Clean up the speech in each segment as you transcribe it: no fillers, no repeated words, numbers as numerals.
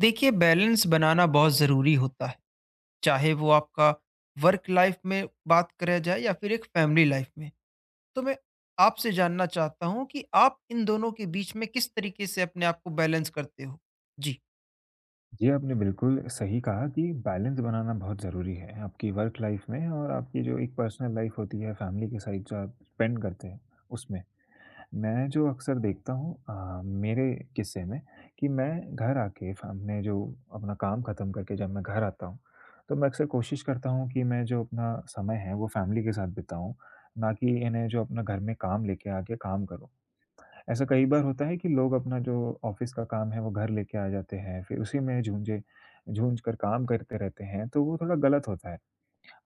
देखिए बैलेंस बनाना बहुत ज़रूरी होता है। चाहे वो आपका वर्क लाइफ में बात करा जाए या फिर एक फैमिली लाइफ में। तो मैं आपसे जानना चाहता हूँ कि आप इन दोनों के बीच में किस तरीके से अपने आप को बैलेंस करते हो। जी। जी, आपने बिल्कुल सही कहा कि बैलेंस बनाना बहुत ज़रूरी है आपकी वर्क लाइफ में और आपकी जो एक पर्सनल लाइफ होती है फैमिली के साथ जो आप स्पेंड करते हैं उसमें। मैं जो अक्सर देखता हूँ मेरे किस्से में कि मैं घर आके अपने जो अपना काम ख़त्म करके जब मैं घर आता हूँ, तो मैं अक्सर कोशिश करता हूँ कि मैं जो अपना समय है वो फैमिली के साथ बिताऊँ, ना कि इन्हें जो अपना घर में काम लेके आके काम करूँ। ऐसा कई बार होता है कि लोग अपना जो ऑफिस का काम है वो घर लेके आ जाते हैं, फिर उसी में झूंझे झूझ कर काम करते रहते हैं, तो वो थोड़ा गलत होता है।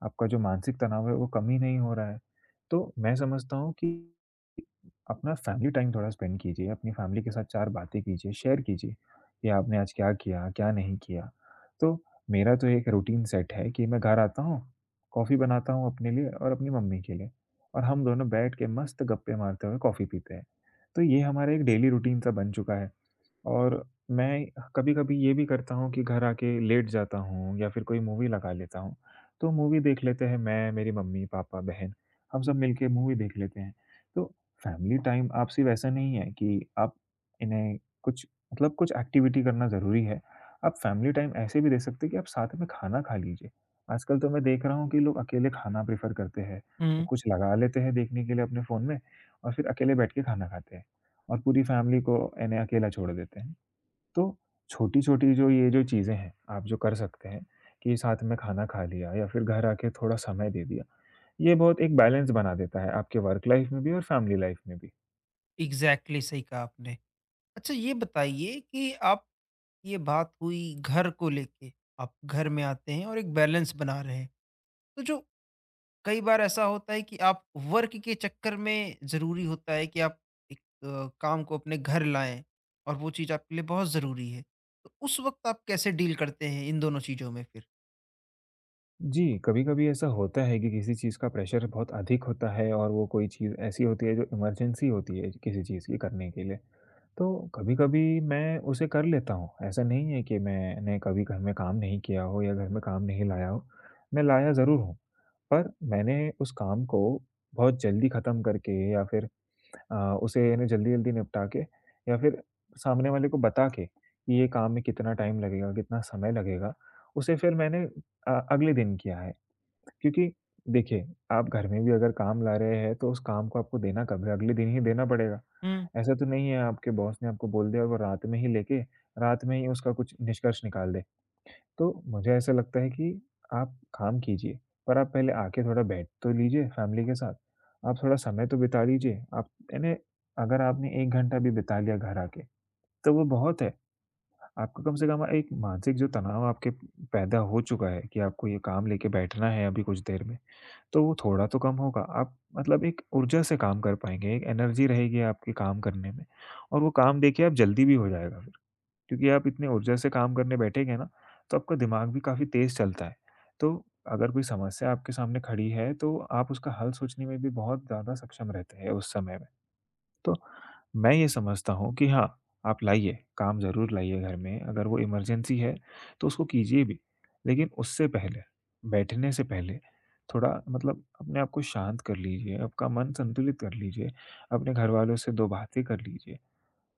आपका जो मानसिक तनाव है वो कम ही नहीं हो रहा है। तो मैं समझता हूँ कि अपना फैमिली टाइम थोड़ा स्पेंड कीजिए, अपनी फैमिली के साथ 4 बातें कीजिए, शेयर कीजिए कि आपने आज क्या किया, क्या नहीं किया। तो मेरा तो एक रूटीन सेट है कि मैं घर आता हूँ, कॉफ़ी बनाता हूँ अपने लिए और अपनी मम्मी के लिए, और हम दोनों बैठ के मस्त गप्पे मारते हुए कॉफ़ी पीते हैं। तो ये हमारा एक डेली रूटीन सा बन चुका है। और मैं कभी-कभी ये भी करता हूँ कि घर आके लेट जाता हूँ या फिर कोई मूवी लगा लेता हूँ। तो मूवी देख लेते हैं, मैं, मेरी मम्मी-पापा, बहन, हम सब मिलके मूवी देख लेते हैं। तो फैमिली टाइम आपसी वैसा नहीं है कि आप इन्हें कुछ, मतलब कुछ एक्टिविटी करना ज़रूरी है। आप फैमिली टाइम ऐसे भी दे सकते हैं कि आप साथ में खाना खा लीजिए। आजकल तो मैं देख रहा हूँ कि लोग अकेले खाना प्रेफ़र करते हैं। वो हम्म। कुछ लगा लेते हैं देखने के लिए अपने फ़ोन में, और फिर अकेले बैठ के खाना खाते हैं और पूरी फैमिली को इन्हें अकेला छोड़ देते हैं। तो छोटी-छोटी जो ये जो चीज़ें हैं, आप जो कर सकते हैं कि साथ में खाना खा लिया या फिर घर आके थोड़ा समय दे दिया। ये बहुत एक बैलेंस बना देता है आपके वर्क लाइफ़ में भी और फैमिली लाइफ़ में भी। एग्जैक्टली exactly सही कहा आपने। अच्छा ये बताइए कि आप, ये बात हुई घर को लेके, आप घर में आते हैं और एक बैलेंस बना रहे हैं। तो जो कई बार ऐसा होता है कि आप वर्क के चक्कर में ज़रूरी होता है कि आप एक काम को अपने घर लाएँ और वो चीज़ आपके लिए बहुत ज़रूरी है। तो उस वक़्त आप कैसे डील करते हैं इन दोनों चीज़ों में फिर? जी, कभी-कभी ऐसा होता है कि किसी चीज़ का प्रेशर बहुत अधिक होता है, और वो कोई चीज़ ऐसी होती है जो इमरजेंसी होती है किसी चीज़ की करने के लिए। तो कभी-कभी मैं उसे कर लेता हूँ। ऐसा नहीं है कि मैंने कभी घर में काम नहीं किया हो या घर में काम नहीं लाया हो। मैं लाया ज़रूर हूँ, पर मैंने उस काम को बहुत जल्दी ख़त्म करके, या फिर अ, उसे यानी जल्दी-जल्दी निपटा के, या फिर सामने वाले को बता के कि ये काम में कितना टाइम लगेगा, कितना समय लगेगा, उसे फिर मैंने अगले दिन किया है। क्योंकि देखिए, आप घर में भी अगर काम ला रहे हैं, तो उस काम को आपको देना कब है? अगले दिन ही देना पड़ेगा। हुँ, ऐसा तो नहीं है आपके बॉस ने आपको बोल दिया और वो रात में ही लेके, रात में ही उसका कुछ निष्कर्ष निकाल दे। तो मुझे ऐसा लगता है कि आप काम कीजिए, पर आप पहले आके थोड़ा बैठ तो लीजिए फैमिली के साथ। आप थोड़ा समय तो बिता लीजिए। आप यानी अगर आपने 1 घंटा भी बिता लिया घर आके, तो वो बहुत है। आपको कम से कम एक मानसिक जो तनाव आपके पैदा हो चुका है कि आपको ये काम लेके बैठना है अभी कुछ देर में, तो वो थोड़ा तो कम होगा। आप मतलब एक ऊर्जा से काम कर पाएँगे, एक एनर्जी रहेगी आपकी काम करने में, और वो काम देखिए आप जल्दी भी हो जाएगा फिर। क्योंकि आप इतनी ऊर्जा से काम करने बैठेंगे ना, तो आपका दिमाग भी काफ़ी तेज़ चलता है। तो अगर कोई समस्या आपके सामने खड़ी है, तो आप उसका हल सोचने में भी बहुत ज़्यादा सक्षम रहते हैं उस समय में। तो मैं ये समझता हूँ कि हाँ, आप लाइए, काम ज़रूर लाइए घर में, अगर वो इमरजेंसी है, तो उसको कीजिए भी। लेकिन उससे पहले, बैठने से पहले थोड़ा मतलब अपने आप को शांत कर लीजिए, आपका मन संतुलित कर लीजिए, अपने घरवालों से 2 बातें कर लीजिए,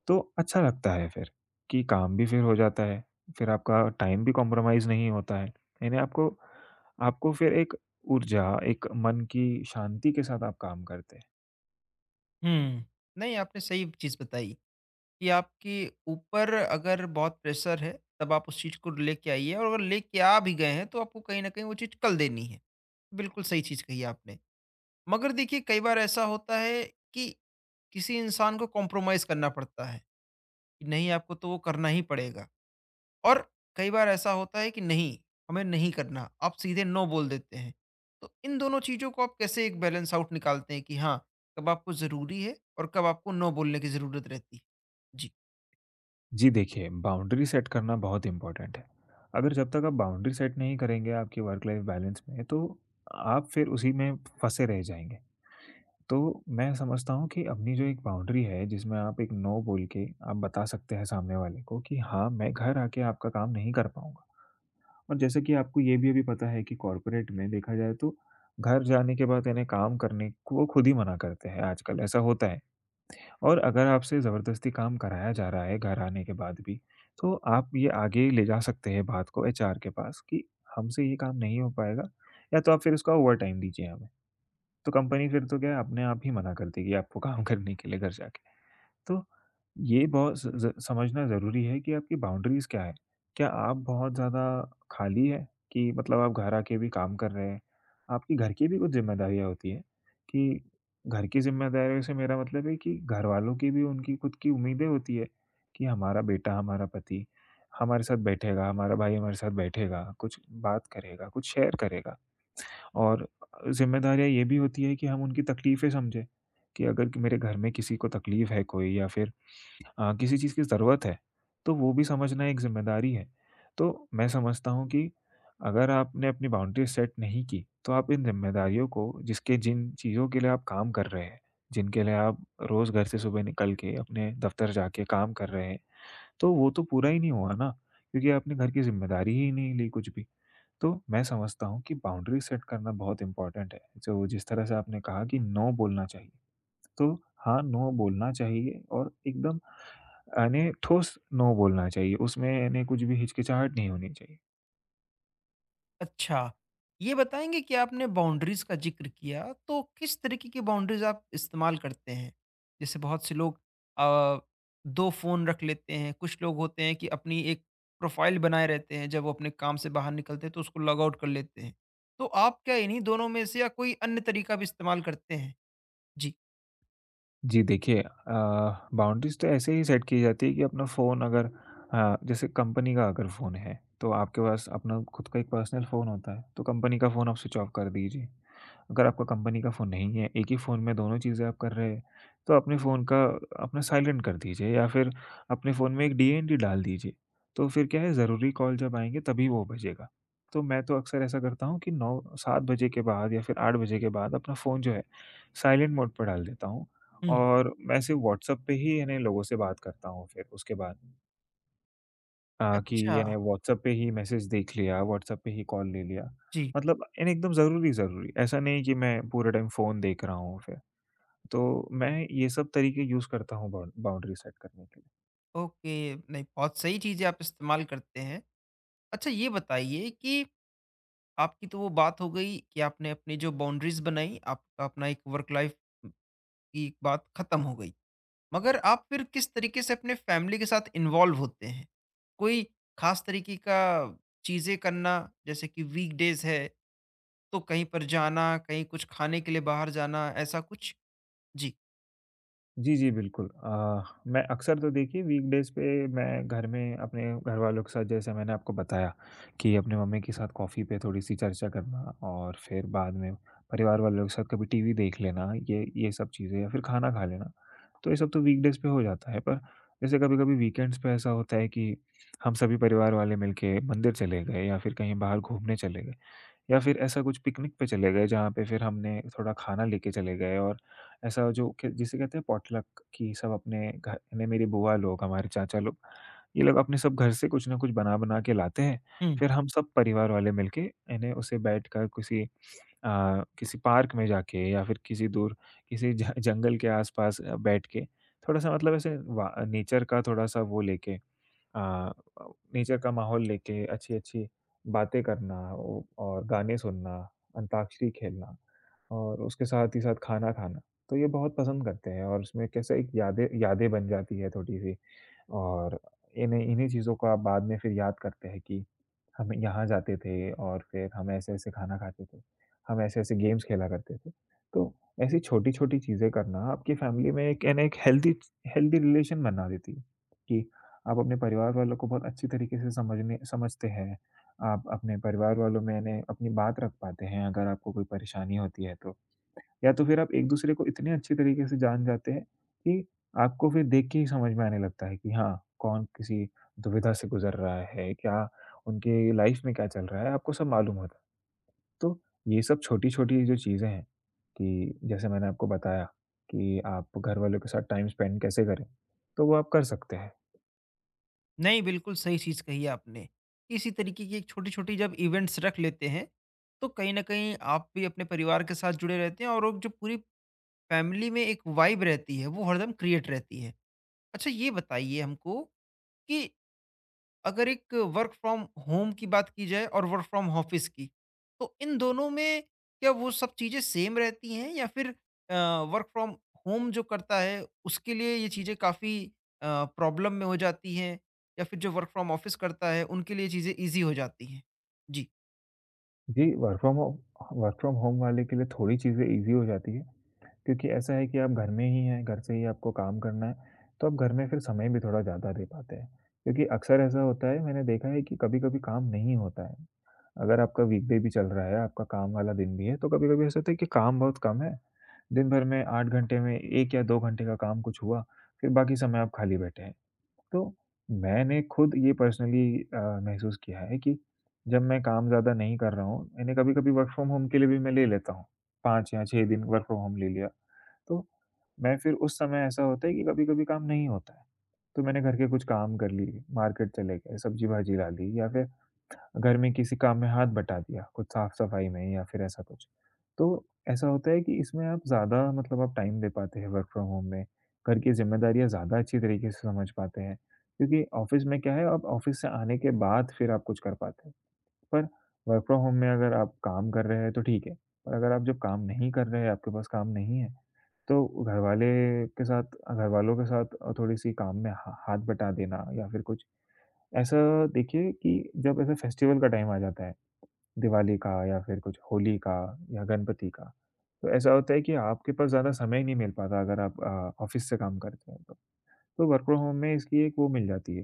तो अच्छा लगता है फिर कि काम भी फिर हो जाता है, फिर आपका टाइम भी कॉम्प्रोमाइज़ नहीं होता है। यानी आपको आपको फिर एक ऊर्जा, एक मन की शांति के साथ आप काम करते हैं। हुँ। नहीं, आपने सही चीज़ बताई कि आपके ऊपर अगर बहुत प्रेशर है, तब आप उस चीज़ को लेके आइए और अगर लेके आ भी गए हैं, तो आपको कहीं न कहीं वो चीज़ कल देनी है। बिल्कुल सही चीज़ कही आपने। मगर देखिए, कई बार ऐसा होता है कि किसी इंसान को कॉम्प्रोमाइज़ करना पड़ता है। कि नहीं, आपको तो वो करना ही पड़ेगा। और कई बार ऐसा होता है कि नहीं, हमें नहीं करना, आप सीधे नो बोल देते हैं। तो इन दोनों चीज़ों को आप कैसे एक बैलेंस आउट निकालते हैं कि हाँ, कब आपको ज़रूरी है और कब आपको नो बोलने की ज़रूरत रहती है? जी। जी देखिए, बाउंड्री सेट करना बहुत इम्पोर्टेंट है। अगर जब तक आप बाउंड्री सेट नहीं करेंगे आपकी वर्क लाइफ बैलेंस में, तो आप फिर उसी में फँसे रह जाएँगे। तो मैं समझता हूँ कि अपनी जो एक बाउंड्री है, जिसमें आप एक नो बोल के आप बता सकते हैं सामने वाले को कि हाँ, मैं घर आके आपका काम नहीं कर पाऊँगा। और जैसे कि आपको ये भी अभी पता है कि कॉर्पोरेट में देखा जाए तो घर जाने के बाद यानी काम करने को वो खुद ही मना करते हैं आजकल, ऐसा होता है। और अगर आपसे ज़बरदस्ती काम कराया जा रहा है घर आने के बाद भी, तो आप ये आगे ले जा सकते हैं बात को एचआर के पास कि हमसे ये काम नहीं हो पाएगा, या तो आप फिर उसका ओवरटाइम दीजिए हमें। तो कंपनी फिर तो क्या है, अपने आप ही मना कर देगी आपको काम करने के लिए घर जाके। तो ये बहुत स ज़ समझना ज़रूरी है कि आपकी बाउंड्रीज़ क्या हैं। क्या आप बहुत ज़्यादा खाली हैं कि मतलब आप घर आके भी काम कर रहे हैं? आपकी घर की भी कुछ ज़िम्मेदारियाँ होती हैं कि घर की ज़िम्मेदारियों से मेरा मतलब है कि घरवालों की भी उनकी खुद की उम्मीदें होती हैं कि हमारा बेटा, हमारा पति हमारे साथ बैठेगा, हमारा भाई हमारे साथ बैठेगा, कुछ बात करेगा, कुछ शेयर करेगा। और ज़िम्मेदारियाँ ये भी होती हैं कि हम उनकी तकलीफ़ें समझें कि अगर कि मेरे घर में किसी को तकलीफ़ है कोई, या फिर किसी चीज़ की ज़रूरत है, तो वो भी समझना एक ज़िम्मेदारी है। तो मैं समझता हूँ कि अगर आपने अपनी बाउंड्री सेट नहीं की, तो आप इन ज़िम्मेदारियों को जिसके जिन चीज़ों के लिए आप काम कर रहे हैं, जिनके लिए आप रोज़ घर से सुबह निकल के अपने दफ़्तर जाके काम कर रहे हैं, तो वो तो पूरा ही नहीं हुआ ना, क्योंकि आपने घर की ज़िम्मेदारी ही नहीं ली कुछ भी। तो मैं समझता हूँ कि बाउंड्री सेट करना बहुत इम्पोर्टेंट है, जो जिस तरह से आपने कहा कि नो बोलना चाहिए। तो हाँ, नो बोलना चाहिए, और एकदम यानी ठोस नो बोलना चाहिए, उसमें यानी कुछ भी हिचकिचाहट नहीं होनी चाहिए। अच्छा, ये बताएँगे कि आपने बाउंड्रीज़ का ज़िक्र किया, तो किस तरीके की बाउंड्रीज़ आप इस्तेमाल करते हैं? जैसे बहुत से लोग अ, 2 फ़ोन रख लेते हैं, कुछ लोग होते हैं कि अपनी एक प्रोफ़ाइल बनाए रहते हैं, जब वो अपने काम से बाहर निकलते हैं तो उसको लॉग आउट कर लेते हैं। तो आप क्या इन्हीं दोनों में से या कोई अन्य तरीका भी इस्तेमाल करते हैं? जी। जी देखिए बाउंड्रीज़ तो ऐसे ही सेट की जाती है कि अपना फ़ोन अगर जैसे कंपनी का अगर फ़ोन है, तो आपके पास अपना खुद का एक पर्सनल फ़ोन होता है, तो कंपनी का फ़ोन आप स्विच ऑफ कर दीजिए। अगर आपका कंपनी का फ़ोन नहीं है, एक ही फ़ोन में दोनों चीज़ें आप कर रहे हैं, तो अपने फ़ोन का अपना साइलेंट कर दीजिए, या फिर अपने फ़ोन में एक डीएनडी डाल दीजिए। तो फिर क्या है, ज़रूरी कॉल जब आएँगे तभी वो बजेगा। तो मैं तो अक्सर ऐसा करता हूँ कि 9 7 बजे के बाद, या फिर 8 बजे के बाद अपना फ़ोन जो है साइलेंट मोड पे डाल देता हूँ, हुँ। और मैं सिर्फ़ व्हाट्सएप पे ही यानी लोगों से बात करता हूँ फिर उसके बाद कि अच्छा। यानी व्हाट्सएप पे ही मैसेज देख लिया, व्हाट्सएप पे ही कॉल ले लिया। जी। मतलब यानी एकदम ज़रूरी-ज़रूरी, ऐसा नहीं कि मैं पूरे टाइम फ़ोन देख रहा हूँ फिर। तो मैं ये सब तरीके यूज़ करता हूँ बाउंड्री सेट करने के लिए। ओके, नहीं बहुत सही चीज़ें आप इस्तेमाल करते हैं। अच्छा ये बताइए कि आपकी तो वो बात हो गई कि आपने अपनी जो बाउंड्रीज बनाई, आपका अपना एक वर्क लाइफ की एक बात खत्म हो गई। मगर आप फिर किस तरीके से अपने फैमिली के साथ इन्वॉल्व होते हैं? कोई खास तरीके का चीज़ें करना, जैसे कि वीकडेज है तो कहीं पर जाना, कहीं कुछ खाने के लिए बाहर जाना, ऐसा कुछ? जी। जी, जी, बिल्कुल। मैं अक्सर तो देखिए वीकडेज़ पे मैं घर में अपने घरवालों के साथ जैसे मैंने आपको बताया कि अपनी मम्मी के साथ कॉफ़ी पे थोड़ी-सी चर्चा करना, और फिर बाद में परिवार वालों के साथ कभी टीवी देख लेना, ये सब चीज़ें, या फिर खाना खा लेना। तो ये सब तो वीकडेज़ पे हो जाता है, पर जैसे कभी-कभी वीकेंड्स पे ऐसा होता है कि हम सभी परिवार वाले मिलके मंदिर चले गए, या फिर कहीं बाहर घूमने चले गए। या फिर ऐसा कुछ पिकनिक पे चले गए जहाँ पे फिर हमने थोड़ा खाना लेके चले गए, और ऐसा जो कि जिसे कहते हैं पॉटलक कि सब अपने घर यानी मेरी बुआ लोग, हमारे चाचा लोग, ये लोग अपने सब घर से कुछ न कुछ बना-बना के लाते हैं। हुँ। फिर हम सब परिवार वाले मिलके यानी उसे बैठकर किसी पार्क में जाके, या फिर किसी दूर किसी ज जंगल के आस-पास बैठ के, थोड़ा-सा मतलब ऐसे वा नेचर का थोड़ा-सा वो लेके, नेचर का माहौल लेके अच्छी-अच्छी बातें करना, ओ और गाने सुनना, अंताक्षरी खेलना, और उसके साथ ही साथ खाना खाना। तो ये बहुत पसंद करते हैं, और उसमें कैसे एक यादें यादें बन जाती है थोड़ी-सी, और इन्हीं इन्हीं चीज़ों को आप बाद में फिर याद करते हैं कि हम यहाँ जाते थे, और फिर हम ऐसे-ऐसे खाना खाते थे, हम ऐसे-ऐसे गेम्स खेला करते थे। तो ऐसी छोटी-छोटी चीज़ें करना आपकी फ़ैमिली में एक हेल्दी हेल्दी रिलेशन बना देती है कि आप अपने परिवार वालों को बहुत अच्छी तरीके से समझने समझते हैं। आप अपने परिवार वालों में यानी अपनी बात रख पाते हैं, अगर आपको कोई परेशानी होती है तो। या तो फिर आप एक-दूसरे को इतने अच्छे तरीके से जान जाते हैं कि आपको फिर देख के ही समझ में आने लगता है कि हाँ, कौन किसी दुविधा से गुज़र रहा है, क्या उनके लाइफ़ में क्या चल रहा है, आपको सब मालूम होता है। तो ये सब छोटी-छोटी जो चीज़ें हैं, कि जैसे मैंने आपको बताया कि आप घर वालों के साथ टाइम स्पेंड कैसे करें, तो वो आप कर सकते हैं। नहीं, बिल्कुल सही चीज़ कही आपने। इसी तरीके की एक छोटी-छोटी जब इवेंट्स रख लेते हैं, तो कहीं न कहीं आप भी अपने परिवार के साथ जुड़े रहते हैं और वो जो पूरी फैमिली में एक वाइब रहती है, वो हरदम क्रिएट रहती है। अच्छा ये बताइए हमको कि अगर एक वर्क फ्रॉम होम की बात की जाए और वर्क फ्रॉम ऑफिस की, तो इन दोनों में क्या वो सब चीज़ें सेम रहती हैं या फिर अ, वर्क फ्रॉम होम जो करता है उसके लिए ये चीज़ें काफ़ी प्रॉब्लम में हो जाती हैं या फिर जो वर्क फ्रॉम ऑफिस करता है उनके लिए चीज़ें ईज़ी हो जाती हैं? जी। जी, वर्क फ्रॉम होम वाले के लिए थोड़ी चीज़ें ईज़ी हो जाती है। क्योंकि ऐसा है कि आप घर में ही हैं, घर से ही आपको काम करना है, तो आप घर में फिर समय भी थोड़ा ज़्यादा दे पाते हैं। क्योंकि अक्सर ऐसा होता है, मैंने देखा है कि कभी-कभी काम नहीं होता है। अगर आपका वीकडे भी चल रहा है, आपका काम वाला दिन भी है, तो कभी-कभी ऐसा होता है कि काम बहुत कम है, दिन भर में 8 घंटे में 1 या 2 घंटे का काम कुछ हुआ, फिर बाकी समय आप खाली बैठे हैं। तो मैंने खुद ये पर्सनली महसूस किया है कि जब मैं काम ज़्यादा नहीं कर रहा हूँ, मैंने कभी-कभी वर्क फ्रॉम होम के लिए भी मैं ले लेता हूँ, 5 या 6 दिन वर्क फ्रॉम होम ले लिया। तो मैं फिर उस समय, ऐसा होता है कि कभी-कभी काम नहीं होता है, तो मैंने घर के कुछ काम कर लिए, मार्केट चले गए, सब्जी-भाजी ला ली या फिर घर में किसी काम में हाथ बटा दिया, कुछ साफ-सफाई में या फिर ऐसा कुछ। तो ऐसा होता है कि इसमें आप ज़्यादा मतलब आप टाइम दे पाते हैं वर्क फ्रॉम होम में, घर की ज़िम्मेदारियाँ ज़्यादा अच्छी तरीके से समझ पाते हैं। क्योंकि ऑफ़िस में क्या है, आप ऑफ़िस से आने के बाद फिर आप कुछ कर पाते हैं। पर वर्क फ्रॉम होम में अगर आप काम कर रहे हैं तो ठीक है, पर अगर आप जब काम नहीं कर रहे हैं, आपके पास काम नहीं है, तो घरवाले के साथ घरवालों के साथ थोड़ी-सी काम में हा हाथ बटा देना या फिर कुछ ऐसा। देखिए कि जब ऐसे फेस्टिवल का टाइम आ जाता है, दिवाली का या फिर कुछ होली का या गणपति का। तो ऐसा होता है कि आपके पास ज़्यादा समय नहीं मिल पाता, अगर आप ऑफ़िस से काम करते हैं तो। तो वर्क फ्रॉम होम में इसकी एक वो मिल जाती है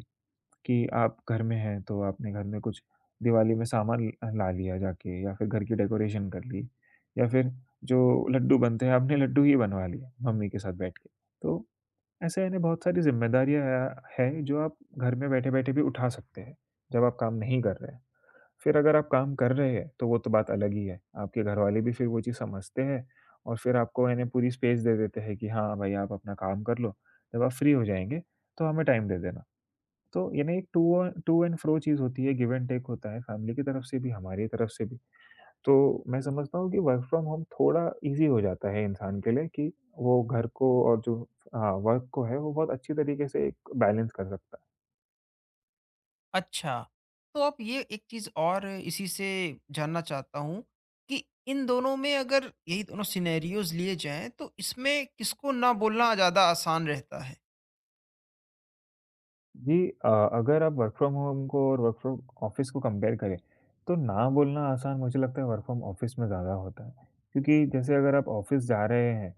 कि आप घर में हैं, तो आपने घर में कुछ दिवाली में सामान ला लिया जाके, या फिर घर की डेकोरेशन कर ली, या फिर जो लड्डू बनते हैं आपने लड्डू ही बनवा लिए मम्मी के साथ बैठ के। तो ऐसे यानी बहुत सारी ज़िम्मेदारियाँ है जो आप घर में बैठे-बैठे भी उठा सकते हैं, जब आप काम नहीं कर रहे हैं। फिर अगर आप काम कर रहे हैं, तो वो तो बात अलग ही है। आपके घरवाले भी फिर वो चीज़ समझते हैं और फिर आपको है ना पूरी स्पेस दे देते हैं कि हाँ भाई, आप अपना काम कर लो। जब आप फ्री हो जाएँगे, तो हमें टाइम दे देना। तो ये ना एक टू एंड फ्रो चीज़ होती है, गिव एंड टेक होता है, फैमिली की तरफ से भी, हमारी तरफ से भी। तो मैं समझता हूँ कि वर्क फ्रॉम होम थोड़ा ईज़ी हो जाता है इंसान के लिए, कि वो घर को और जो हाँ, वर्क को है, वो बहुत अच्छी तरीके से एक बैलेंस कर सकता है। अच्छा, तो आप ये एक चीज़ और इसी से जानना चाहता हूँ कि इन दोनों में अगर यही दोनों सिनेरियोज़ लिए जाएँ, तो इसमें किसको ना बोलना ज़्यादा आसान रहता है? जी, अगर आप वर्क फ्रॉम होम को और वर्क फ्रॉम ऑफिस को कंपेयर करें, तो ना बोलना आसान मुझे लगता है वर्क फ्रॉम ऑफिस में ज़्यादा होता है। क्योंकि जैसे अगर आप ऑफिस जा रहे हैं,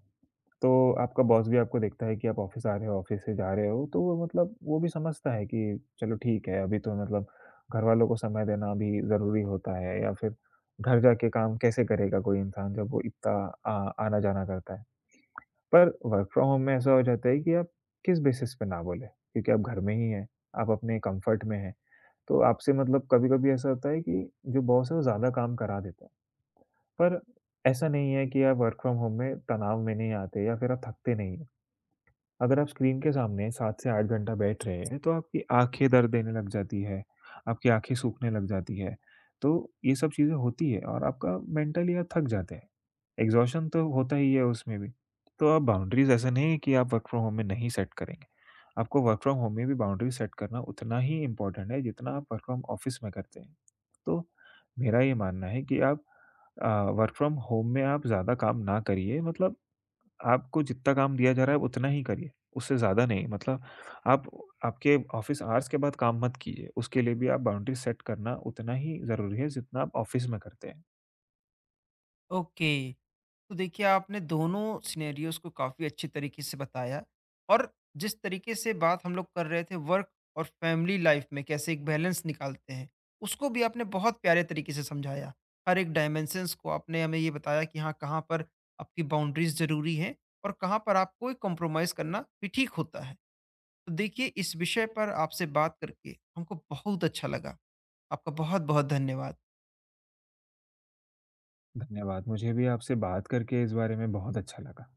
तो आपका बॉस भी आपको देखता है कि आप ऑफिस आ रहे हो, ऑफिस से जा रहे हो, तो वो मतलब वो भी समझता है कि चलो ठीक है, अभी तो मतलब घरवालों को समय देना भी ज़रूरी होता है, या फिर घर जाके काम कैसे करेगा कोई इंसान जब वो इतना आना-जाना करता है। पर वर्क फ्रॉम होम में ऐसा हो जाता है कि आप किस बेसिस पे ना बोले, क्योंकि आप घर में ही हैं, आप अपने कंफर्ट में हैं। तो आपसे मतलब कभी-कभी ऐसा होता है कि जो बॉस है वो ज़्यादा काम करा देता है। पर ऐसा नहीं है कि आप वर्क फ्रॉम होम में तनाव में नहीं आते या फिर आप थकते नहीं हो। अगर आप स्क्रीन के सामने 7 से 8 घंटा बैठ रहे हैं, तो आपकी आँखें दर्द देने लग जाती है, आपकी आँखें सूखने लग जाती है। तो ये सब चीज़ें होती है और आपका मेंटली आप थक जाते हैं। एग्ज़ॉशन तो होता ही है उसमें भी। तो आप बाउंड्रीज़ ऐसा नहीं है कि आप वर्क फ्रॉम होम में नहीं सेट करेंगे। आपको वर्क फ्रॉम होम में भी बाउंड्रीज़ सेट करना उतना ही इम्पोर्टेंट है, जितना आप वर्क फ्रॉम ऑफ़िस में करते हैं। तो मेरा ये मानना है कि आप अ, वर्क फ्रॉम होम में आप ज़्यादा काम ना करिए, मतलब आपको जितना काम दिया जा रहा है उतना ही करिए, उससे ज़्यादा नहीं। मतलब आप आपके ऑफ़िस आवर्स के बाद काम मत कीजिए, उसके लिए भी आप बाउंड्री सेट करना उतना ही ज़रूरी है जितना आप ऑफ़िस में करते हैं। ओके। तो देखिए आपने दोनों सिनेरियोस को काफ़ी अच्छे तरीके से बताया और जिस तरीके से बात हम लोग कर रहे थे वर्क और फैमिली लाइफ में कैसे एक बैलेंस निकालते हैं उसको भी आपने बहुत प्यारे तरीके से समझाया। हर एक डायमेंशंस को आपने हमें ये बताया कि हाँ कहाँ पर आपकी बाउंड्रीज ज़रूरी हैं और कहाँ पर आपको एक कॉम्प्रोमाइज़ करना भी ठीक होता है। तो देखिए इस विषय पर आपसे बात करके हमको बहुत अच्छा लगा। आपका बहुत बहुत धन्यवाद। धन्यवाद, मुझे भी आपसे बात करके इस बारे में बहुत अच्छा लगा।